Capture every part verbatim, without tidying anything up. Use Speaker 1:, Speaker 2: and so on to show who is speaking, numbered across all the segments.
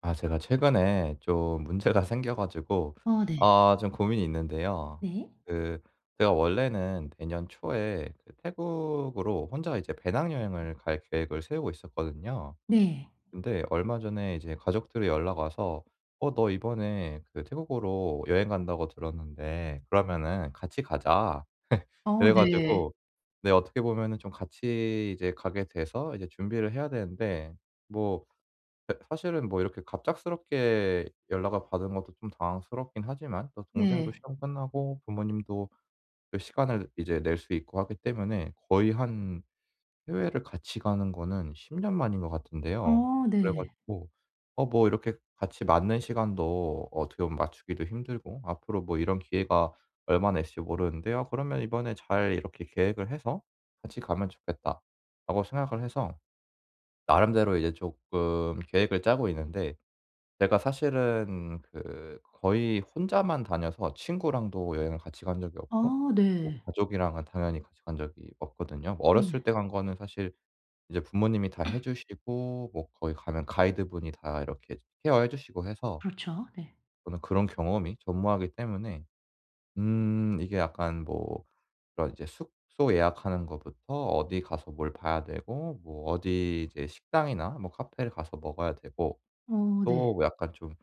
Speaker 1: 아, 제가 최근에 좀 문제가 생겨 가지고
Speaker 2: 어 네.
Speaker 1: 아 좀 고민이 있는데요.
Speaker 2: 네.
Speaker 1: 그 제가 원래는 내년 초에 그 태국으로 혼자 이제 배낭여행을 갈 계획을 세우고 있었거든요.
Speaker 2: 네.
Speaker 1: 근데 얼마 전에 이제 가족들이 연락 와서 "어 너 이번에 그 태국으로 여행 간다고 들었는데 그러면은 같이 가자."
Speaker 2: 어
Speaker 1: 그래
Speaker 2: 네.
Speaker 1: 가지고 네, 어떻게 보면은 좀 같이 이제 가게 돼서 이제 준비를 해야 되는데, 뭐 네 사실은 뭐 이렇게 갑작스럽게 연락을 받은 것도 좀 당황스럽긴 하지만 또 동생도
Speaker 2: 네.
Speaker 1: 시험 끝나고 부모님도 그 시간을 이제 낼 수 있고 하기 때문에, 거의 한 해외를 같이 가는 거는 십 년 만인 것 같은데요.
Speaker 2: 어
Speaker 1: 그래
Speaker 2: 네.
Speaker 1: 가지고 어 뭐 이렇게 같이 맞는 시간도 어떻게 보면 맞추기도 힘들고, 앞으로 뭐 이런 기회가 얼마나 있을지 모르는데 요 그러면 이번에 잘 이렇게 계획을 해서 같이 가면 좋겠다'라고 생각을 해서 나름대로 이제 조금 계획을 짜고 있는데, 제가 사실은 그 거의 혼자만 다녀서 친구랑도 여행을 같이 간 적이 없고
Speaker 2: 어
Speaker 1: 뭐
Speaker 2: 네.
Speaker 1: 가족이랑은 당연히 같이 간 적이 없거든요. 뭐 어렸을
Speaker 2: 네네.
Speaker 1: 때 간 거는 사실 이제 부모님이 다 해 주시고 뭐 거기 가면 가이드분이 다 이렇게 케어해 주시고 해서
Speaker 2: 그렇죠. 네.
Speaker 1: 저는 그런 경험이 전무하기 때문에, 음 이게 약간 뭐 그런 이제 숙소 예약하는 거부터 어디 가서 뭘 봐야 되고 뭐 어디 이제 식당이나 뭐 카페를 가서 먹어야 되고
Speaker 2: 어
Speaker 1: 또
Speaker 2: 네.
Speaker 1: 뭐 약간 좀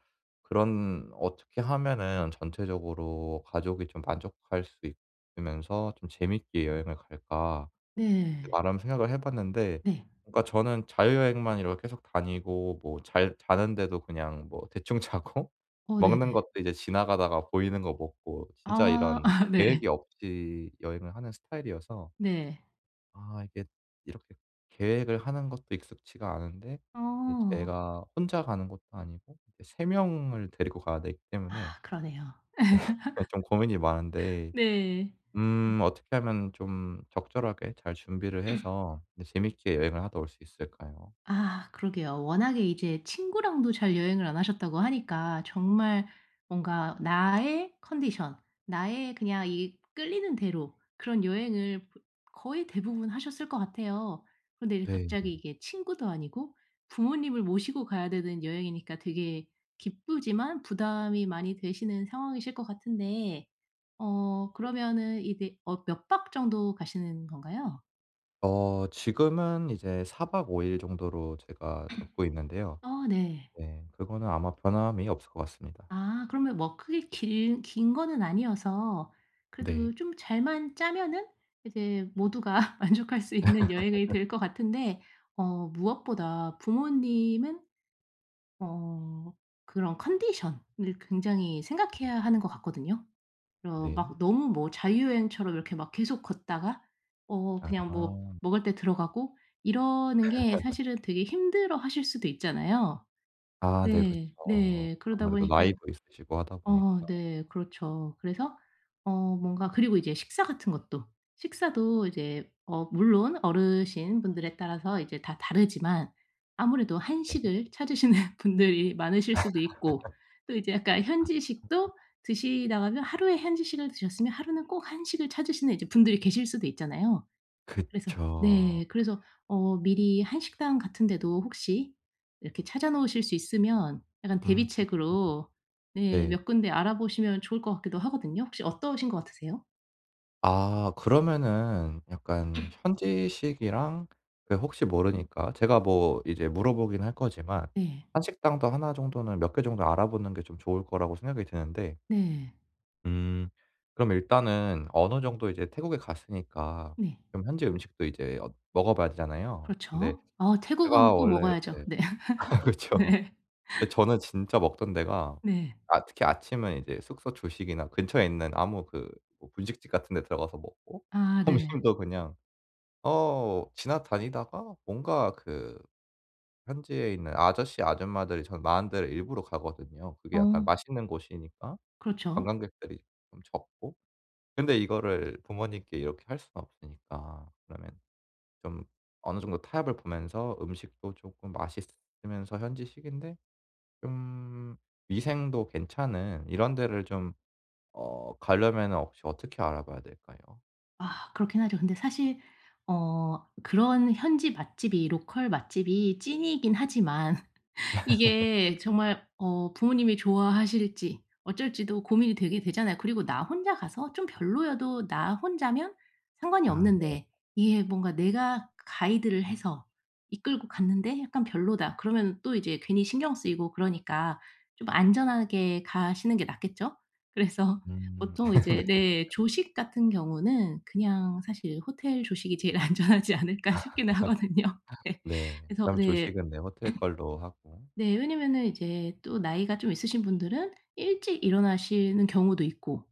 Speaker 1: 그런, 어떻게 하면은 전체적으로 가족이 좀 만족할 수 있으면서 좀 재밌게 여행을 갈까
Speaker 2: 네.
Speaker 1: 나름 생각을 해 봤는데.
Speaker 2: 네.
Speaker 1: 그러니까 저는 자유여행만 이렇게 계속 다니고 뭐 잘 자는데도 그냥 뭐 대충 자고
Speaker 2: 어
Speaker 1: 먹는
Speaker 2: 네네.
Speaker 1: 것도 이제 지나가다가 보이는 거 먹고 진짜
Speaker 2: 아
Speaker 1: 이런
Speaker 2: 아
Speaker 1: 계획이
Speaker 2: 네.
Speaker 1: 없이 여행을 하는 스타일이어서
Speaker 2: 네.
Speaker 1: 아 이게 이렇게 계획을 하는 것도 익숙치가 않은데 이제
Speaker 2: 어.
Speaker 1: 제가 혼자 가는 것도 아니고 이제 세 명을 데리고 가야 되기 때문에
Speaker 2: 아 그러네요.
Speaker 1: 네, 좀 고민이 많은데
Speaker 2: 네.
Speaker 1: 음 어떻게 하면 좀 적절하게 잘 준비를 해서 네 재밌게 여행을 하다 올 수 있을까요?
Speaker 2: 아 그러게요. 워낙에 이제 친구랑도 잘 여행을 안 하셨다고 하니까 정말 뭔가 나의 컨디션, 나의 그냥 이 끌리는 대로 그런 여행을 보 거의 대부분 하셨을 것 같아요. 그런데 이제
Speaker 1: 네.
Speaker 2: 갑자기 이게 친구도 아니고 부모님을 모시고 가야 되는 여행이니까 되게 기쁘지만 부담이 많이 되시는 상황이실 것 같은데, 어 그러면은 이제 어 몇 박 정도 가시는 건가요?
Speaker 1: 어 지금은 이제 사 박 오 일 정도로 제가 잡고 있는데요.
Speaker 2: 아 네.
Speaker 1: 네. 그거는 아마 변함이 없을 것 같습니다.
Speaker 2: 아 그러면 뭐 크게 길 긴 거는 아니어서
Speaker 1: 네.
Speaker 2: 그래도 좀 잘만 짜면은 이제 모두가 만족할 수 있는 여행이 될 것 같은데, 어 무엇보다 부모님은 어 그런 컨디션을 굉장히 생각해야 하는 것 같거든요. 어
Speaker 1: 네.
Speaker 2: 막 너무 뭐 자유여행처럼 이렇게 막 계속 걷다가 어
Speaker 1: 아.
Speaker 2: 그냥 뭐 먹을 때 들어가고 이러는 게 사실은 되게 힘들어하실 수도 있잖아요.
Speaker 1: 아 네,
Speaker 2: 네.
Speaker 1: 그쵸.
Speaker 2: 네. 그러다
Speaker 1: 아무래도
Speaker 2: 보니까
Speaker 1: 나이도 있으시고 하다 보니까.
Speaker 2: 어 네. 그렇죠. 그래서 어 뭔가 그리고 이제 식사 같은 것도 식사도 이제 어 물론 어르신분들에 따라서 이제 다 다르지만 아무래도
Speaker 1: 네.
Speaker 2: 한식을 찾으시는 분들이 많으실 수도 있고, 또 이제 약간 현지식도 드시다가면 하루에 현지식을 드셨으면 하루는 꼭 한식을 찾으시는 이제 분들이 계실 수도 있잖아요. 그래서
Speaker 1: 그쵸.
Speaker 2: 네. 그래서 어 미리 한식당 같은 데도 혹시 이렇게 찾아 놓으실 수 있으면 약간
Speaker 1: 음. 음.
Speaker 2: 대비책으로 네
Speaker 1: 네.
Speaker 2: 몇 군데 알아보시면 좋을 것 같기도 하거든요. 혹시 어떠신 것 같으세요?
Speaker 1: 아, 그러면은 약간 현지식이랑 그 혹시 모르니까 제가 뭐 이제 물어보긴 할 거지만
Speaker 2: 네.
Speaker 1: 한식당도 하나 정도는 몇 개 정도 알아보는 게 좀 좋을 거라고 생각이 드는데,
Speaker 2: 네.
Speaker 1: 음. 그럼 일단은 어느 정도 이제 태국에 갔으니까
Speaker 2: 네.
Speaker 1: 그럼 현지 음식도 이제 어 먹어 봐야 되잖아요. 근데
Speaker 2: 그렇죠. 아
Speaker 1: 제가
Speaker 2: 태국은 꼭
Speaker 1: 원래
Speaker 2: 먹어야죠.
Speaker 1: 네.
Speaker 2: 네.
Speaker 1: 그쵸.
Speaker 2: 네.
Speaker 1: 근데 저는 진짜 먹던 데가,
Speaker 2: 네.
Speaker 1: 아 특히 아침은 이제 숙소 조식이나 근처에 있는 아무 그 뭐 분식집 같은 데 들어가서 먹고
Speaker 2: 아 네.
Speaker 1: 점심도 그냥 어 지나다니다가 뭔가 그 현지에 있는 아저씨 아줌마들이 전 많은 데를 일부러 가거든요. 그게
Speaker 2: 어
Speaker 1: 약간 맛있는 곳이니까
Speaker 2: 그렇죠.
Speaker 1: 관광객들이 좀 적고. 근데 이거를 부모님께 이렇게 할 수는 없으니까 그러면 좀 어느 정도 타협을 보면서 음식도 쪼끔 맛있으면서 현지식인데 좀 위생도 괜찮은 이런 데를 좀 어 가려면은 혹시 어떻게 알아봐야 될까요?
Speaker 2: 아 그렇긴 하죠. 근데 사실 어 그런 현지 맛집이 로컬 맛집이 찐이긴 하지만 이게 정말 어 부모님이 좋아하실지 어쩔지도 고민이 되게 되잖아요. 그리고 나 혼자 가서 좀 별로여도 나 혼자면 상관이
Speaker 1: 아.
Speaker 2: 없는데, 이게 뭔가 내가 가이드를 해서 이끌고 갔는데 약간 별로다. 그러면 또 이제 괜히 신경 쓰이고 그러니까 좀 안전하게 가시는 게 낫겠죠? 그래서
Speaker 1: 음.
Speaker 2: 보통
Speaker 1: 네.
Speaker 2: 이제 네 조식 같은 경우는 그냥 사실 호텔 조식이 제일 안전하지 않을까 싶기는 하거든요. 네.
Speaker 1: 네.
Speaker 2: 그래서
Speaker 1: 그럼
Speaker 2: 네.
Speaker 1: 조식은 네 호텔 걸로 하고.
Speaker 2: 네. 왜냐면은 이제 또 나이가 좀 있으신 분들은 일찍 일어나시는 경우도 있고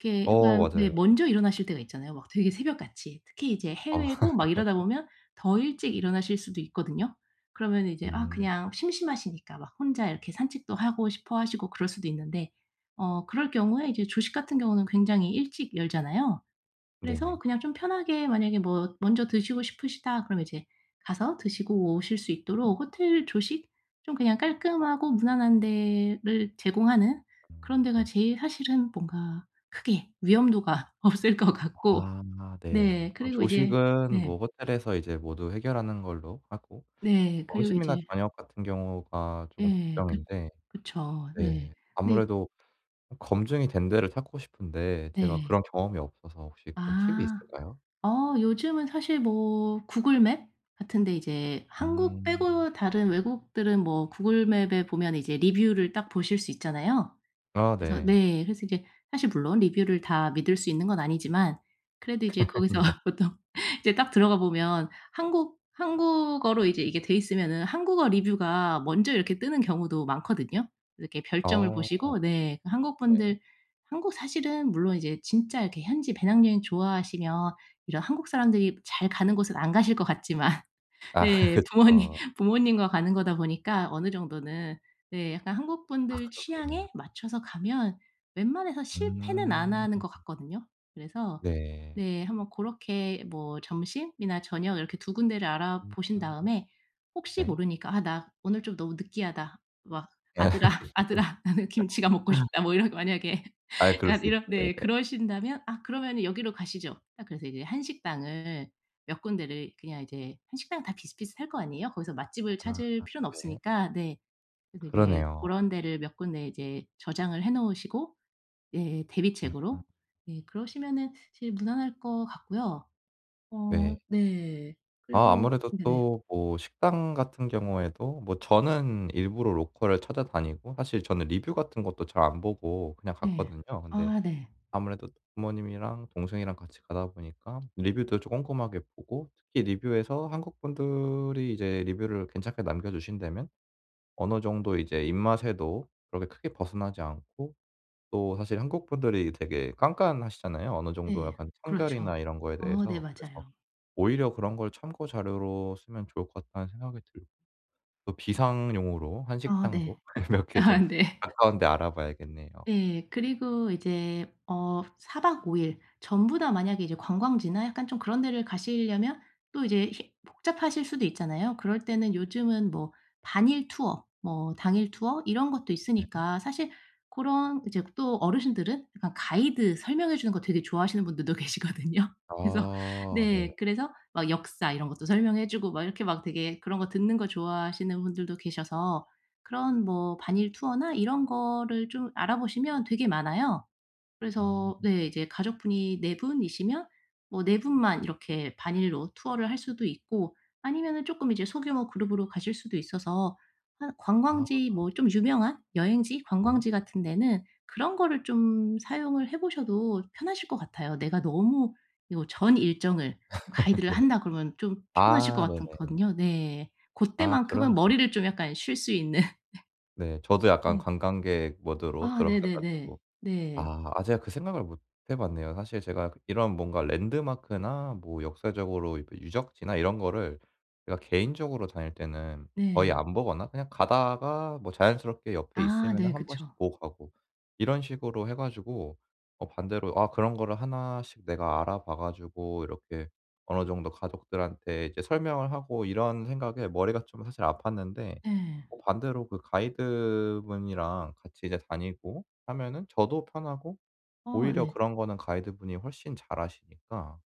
Speaker 2: 이렇게
Speaker 1: 어,
Speaker 2: 약간 네
Speaker 1: 맞아요.
Speaker 2: 먼저 일어나실 때가 있잖아요. 막 되게 새벽같이. 특히 이제
Speaker 1: 어
Speaker 2: 해외고 막 이러다 보면 더 일찍 일어나실 수도 있거든요. 그러면 이제 아
Speaker 1: 음.
Speaker 2: 그냥 심심하시니까 막 혼자 이렇게 산책도 하고 싶어 하시고 그럴 수도 있는데 어 그럴 경우에 이제 조식 같은 경우는 굉장히 일찍 열잖아요.
Speaker 1: 네네.
Speaker 2: 그래서 그냥 좀 편하게 만약에 뭐 먼저 드시고 싶으시다 그러면 이제 가서 드시고 오실 수 있도록 호텔 조식 좀 그냥 깔끔하고 무난한 데를 제공하는
Speaker 1: 음.
Speaker 2: 그런 데가
Speaker 1: 네.
Speaker 2: 제일 사실은 뭔가 크게 위험도가 없을 것 같고.
Speaker 1: 아 네.
Speaker 2: 네.
Speaker 1: 그럼
Speaker 2: 그리고 이제
Speaker 1: 조식은 뭐
Speaker 2: 네.
Speaker 1: 호텔에서 이제 모두 해결하는 걸로 하고
Speaker 2: 네. 그리고
Speaker 1: 점심이나
Speaker 2: 이제
Speaker 1: 저녁 같은 경우가 조금
Speaker 2: 예. 그
Speaker 1: 걱정인데
Speaker 2: 그쵸.
Speaker 1: 네
Speaker 2: 네. 근데 이-
Speaker 1: 아무래도 검증이 된 데를 찾고 싶은데 제가
Speaker 2: 네.
Speaker 1: 그런 경험이 없어서 혹시 그런 팁이
Speaker 2: 아.
Speaker 1: 있을까요?
Speaker 2: 어 요즘은 사실 뭐 구글 맵 같은 데 이제 한국
Speaker 1: 음.
Speaker 2: 빼고 다른 외국들은 뭐 구글 맵에 보면 이제 리뷰를 딱 보실 수 있잖아요.
Speaker 1: 아
Speaker 2: 그래서
Speaker 1: 네.
Speaker 2: 네. 그래서 이제 사실 물론 리뷰를 다 믿을 수 있는 건 아니지만 그래도 이제 거기서
Speaker 1: 네.
Speaker 2: 보통 이제 딱 들어가 보면 한국 한국어로 이제 이게 돼 있으면은 한국어 리뷰가 먼저 이렇게 뜨는 경우도 많거든요. 이렇게 별점을 보시고
Speaker 1: 어
Speaker 2: 네 그 한국
Speaker 1: 네.
Speaker 2: 분들, 한국 사실은 물론 이제 진짜 이렇게 현지 배낭여행 좋아하시면 이런 한국 사람들이 잘 가는 곳은 안 가실 것 같지만
Speaker 1: 아
Speaker 2: 네 부모님,
Speaker 1: 그쵸.
Speaker 2: 부모님과 가는 거다 보니까 어느 정도는 네 약간 한국
Speaker 1: 아
Speaker 2: 분들
Speaker 1: 그렇겠네요.
Speaker 2: 취향에 맞춰서 가면 웬만해서 실패는 안
Speaker 1: 음.
Speaker 2: 하는 것 같거든요. 그래서
Speaker 1: 네.
Speaker 2: 네 한번 고렇게 뭐 점심이나 저녁 이렇게 두 군데를 알아보신
Speaker 1: 아
Speaker 2: 다음에 혹시
Speaker 1: 네.
Speaker 2: 모르니까 "아 나 오늘 좀 너무 느끼하다." 막 "아들아, 아들아 나는 김치가 먹고 싶다." 뭐 이런, 만약에
Speaker 1: 아 그럴
Speaker 2: 약간
Speaker 1: 수 있죠.
Speaker 2: 이런
Speaker 1: 네네.
Speaker 2: 네 그러신다면 "아 그러면은 여기로 가시죠." 딱 그래서 이제 한식당을 몇 군데를 그냥 이제 한식당 다 비슷비슷할 거 아니에요? 거기서 맛집을
Speaker 1: 아
Speaker 2: 찾을 필요는
Speaker 1: 네.
Speaker 2: 없으니까 네. 그래서 이제
Speaker 1: 그러네요.
Speaker 2: 런 데를 몇 군데 이제 저장을 해 놓으시고 예
Speaker 1: 음. 음.
Speaker 2: 대비책으로 예 그러시면은 제일 무난할 것 같고요.
Speaker 1: 네.
Speaker 2: 어 네.
Speaker 1: 아,
Speaker 2: 그리고
Speaker 1: 아무래도
Speaker 2: 네네.
Speaker 1: 또 뭐 식당 같은 경우에도 뭐 저는 일부러 로컬을 찾아다니고 사실 저는 리뷰 같은 것도 잘 안 보고 그냥
Speaker 2: 네.
Speaker 1: 갔거든요. 근데
Speaker 2: 아 네.
Speaker 1: 아무래도 부모님이랑 동생이랑 같이 가다 보니까 리뷰도 좀 꼼꼼하게 보고, 특히 리뷰에서 한국 분들이 이제 리뷰를 괜찮게 남겨주신다면 어느 정도 이제 입맛에도 그렇게 크게 벗어나지 않고, 또 사실 한국 분들이 되게 깐깐하시잖아요, 어느 정도
Speaker 2: 네.
Speaker 1: 약간
Speaker 2: 그렇죠.
Speaker 1: 청결이나 이런 거에
Speaker 2: 어 네
Speaker 1: 대해서. 그래서
Speaker 2: 맞아요.
Speaker 1: 오히려 그런 걸 참고 자료로 쓰면 좋을 것 같다는 생각이 들고, 또 비상용으로
Speaker 2: 아
Speaker 1: 한식당도
Speaker 2: 네.
Speaker 1: 몇 개
Speaker 2: 아
Speaker 1: 좀
Speaker 2: 네.
Speaker 1: 가까운 데 알아봐야겠네요.
Speaker 2: 네. 그리고 이제 어 사 박 오 일 전부 다 만약에 이제 관광지나 약간 좀 그런 데를 가시려면 또 이제 히 복잡하실 수도 있잖아요. 그럴 때는 요즘은 뭐 반일 투어 뭐 당일 투어 이런 것도
Speaker 1: 네.
Speaker 2: 있으니까 사실 고런, 이제 또 어르신들은 약간 가이드 설명해 주는 거 되게 좋아하시는 분들도 계시거든요. 그래서
Speaker 1: 아 네네.
Speaker 2: 네. 그래서 막 역사 이런 것도 설명해 주고 막 이렇게 막 되게 그런 거 듣는 거 좋아하시는 분들도 계셔서 그런 뭐 반일 투어나 이런 거를 좀 알아보시면 되게 많아요.
Speaker 1: 음.
Speaker 2: 그래서 네 이제 가족분이 네 분이시면 뭐 네 분만 이렇게 반일로 투어를 할 수도 있고 아니면은 쪼끔 이제 소규모 그룹으로 가실 수도 있어서 한
Speaker 1: 아
Speaker 2: 관광지, 뭐 좀 유명한 여행지,
Speaker 1: 네.
Speaker 2: 관광지 같은 데는 그런 거를 좀 사용을 해 보셔도 편하실 것 같아요. 내가 너무 요 전 일정을 좀 가이드를
Speaker 1: 네.
Speaker 2: 한다 그러면 좀 피곤하실 것
Speaker 1: 아 네네.
Speaker 2: 같았거든요. 네.
Speaker 1: 아
Speaker 2: 고때만큼은
Speaker 1: 그렇네요.
Speaker 2: 머리를 좀 약간 쉴 수 있는.
Speaker 1: 네. 저도 약간
Speaker 2: 네.
Speaker 1: 관광객 모드로
Speaker 2: 아
Speaker 1: 들어가
Speaker 2: 네네네.
Speaker 1: 가지고.
Speaker 2: 네.
Speaker 1: 아. 아 제가 그 생각을 못 해 봤네요. 사실 제가 그 이런 뭔가 랜드마크나 뭐 역사적으로 그 유적지나 이런 거를 제가 개인적으로 다닐 때는 거의
Speaker 2: 네.
Speaker 1: 안 보거나 그냥 가다가 뭐 자연스럽게 옆에 있으
Speaker 2: 아
Speaker 1: 면
Speaker 2: 네
Speaker 1: 한 번씩
Speaker 2: 그쵸.
Speaker 1: 보고 가고 이런 식으로 해 가지고, 어 반대로 아 그런 거를 하나씩 내가 알아봐 가지고 이렇게 어느 정도 가족들한테 이제 설명을 하고 이런 생각에 머리가 좀 사실 아팠는데,
Speaker 2: 네.
Speaker 1: 어 반대로 그 가이드분이랑 같이 이제 다니고 하면은 저도 편하고
Speaker 2: 어
Speaker 1: 오히려 음,
Speaker 2: 네.
Speaker 1: 그런 거는 가이드분이 훨씬 잘하시니까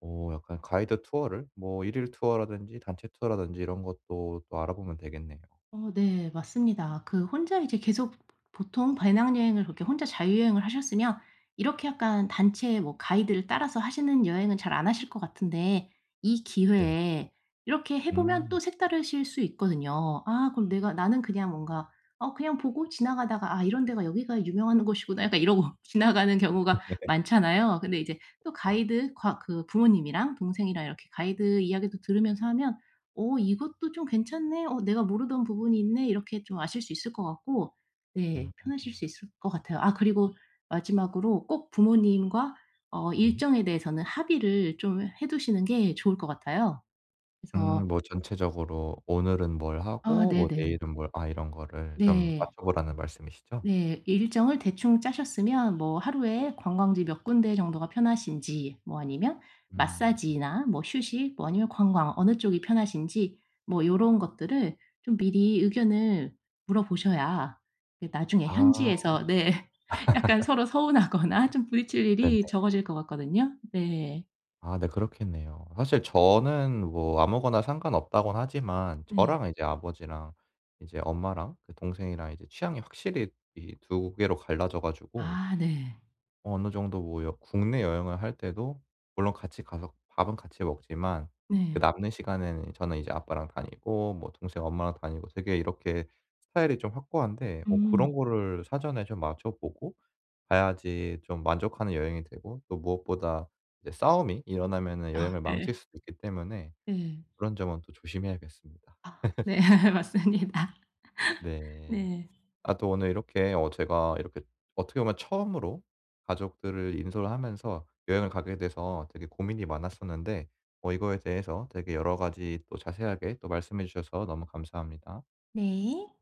Speaker 1: 어 약간 가이드 투어를 뭐 일일 투어라든지 단체 투어라든지 이런 것도 또 알아보면 되겠네요.
Speaker 2: 어 네. 맞습니다. 그 혼자 이제 계속 보통 배낭여행을 그렇게 혼자 자유여행을 하셨으면 이렇게 약간 단체 뭐 가이드를 따라서 하시는 여행은 잘 안 하실 것 같은데 이
Speaker 1: 네.
Speaker 2: 기회에 이렇게 해 보면
Speaker 1: 음.
Speaker 2: 또 색다르실 수 있거든요. '아 그럼 내가 나는 그냥 뭔가 어 그냥 보고 지나가다가 '아 이런 데가 여기가 유명한 곳이구나.' 약간 이러고 지나가는 경우가
Speaker 1: 네.
Speaker 2: 많잖아요. 근데 이제 또
Speaker 1: 어.
Speaker 2: 가이드 과 그 부모님이랑 동생이랑 이렇게 가이드 이야기도 들으면서 하면 '어 이것도 좀 괜찮네. 어 내가 모르던 부분이 있네.' 이렇게 좀 아실 수 있을 것 같고 네
Speaker 1: 음.
Speaker 2: 편하실 수 있을 것 같아요. 아 그리고 마지막으로 꼭 부모님과 어
Speaker 1: 네.
Speaker 2: 일정에 대해서는 합의를 좀 해 두시는 게 좋을 것 같아요.
Speaker 1: 음,
Speaker 2: 그래서
Speaker 1: 뭐 전체적으로 오늘은 뭘
Speaker 2: 아
Speaker 1: 하고 뭐
Speaker 2: 네네.
Speaker 1: 내일은 뭘, 아 이런 거를 좀
Speaker 2: 네.
Speaker 1: 맞춰 보라는 말씀이시죠?
Speaker 2: 네. 일정을 대충 짜셨으면 뭐 하루에 관광지 몇 군데 정도가 편하신지 뭐 아니면
Speaker 1: 음.
Speaker 2: 마사지나 뭐 휴식 뭐 아니면 관광 어느 쪽이 편하신지 뭐 요런 것들을 좀 미리 의견을 물어보셔야 이게 나중에
Speaker 1: 아.
Speaker 2: 현지에서 네. 약간 서로 서운하거나 좀 부딪힐
Speaker 1: 네네.
Speaker 2: 일이 적어질 것 같거든요. 네.
Speaker 1: 아 네 그렇겠네요. 사실 저는 뭐 아무거나 상관없다고는 하지만
Speaker 2: 네.
Speaker 1: 저랑 이제 아버지랑 이제 엄마랑 그 동생이랑 이제 취향이 확실히 이 두 개로 갈라져 가지고
Speaker 2: 아 네.
Speaker 1: 어느 정도 뭐 여 국내 여행을 할 때도 물론 같이 가서 밥은 같이 먹지만 그
Speaker 2: 네.
Speaker 1: 남는 시간에는 저는 이제 아빠랑 다니고 뭐 동생 엄마랑 다니고 되게 이렇게 스타일이 좀 확고한데, 뭐
Speaker 2: 음.
Speaker 1: 그런 거를 사전에 좀 맞춰 보고 가야지 좀 만족하는 여행이 되고 또 무엇보다 이제 싸움이 일어나면은
Speaker 2: 아
Speaker 1: 여행을 망칠
Speaker 2: 네.
Speaker 1: 수도 있기 때문에
Speaker 2: 네.
Speaker 1: 그런 점은 또 조심해야겠습니다.
Speaker 2: 아 네. 맞습니다.
Speaker 1: 네.
Speaker 2: 네.
Speaker 1: 아 또 오늘 이렇게 어 제가 이렇게 어떻게 보면 처음으로 가족들을 인솔 하면서 여행을 가게 돼서 되게 고민이 많았었는데 어 이거에 대해서 되게 여러 가지 또 자세하게 또 말씀해 주셔서 너무 감사합니다.
Speaker 2: 네.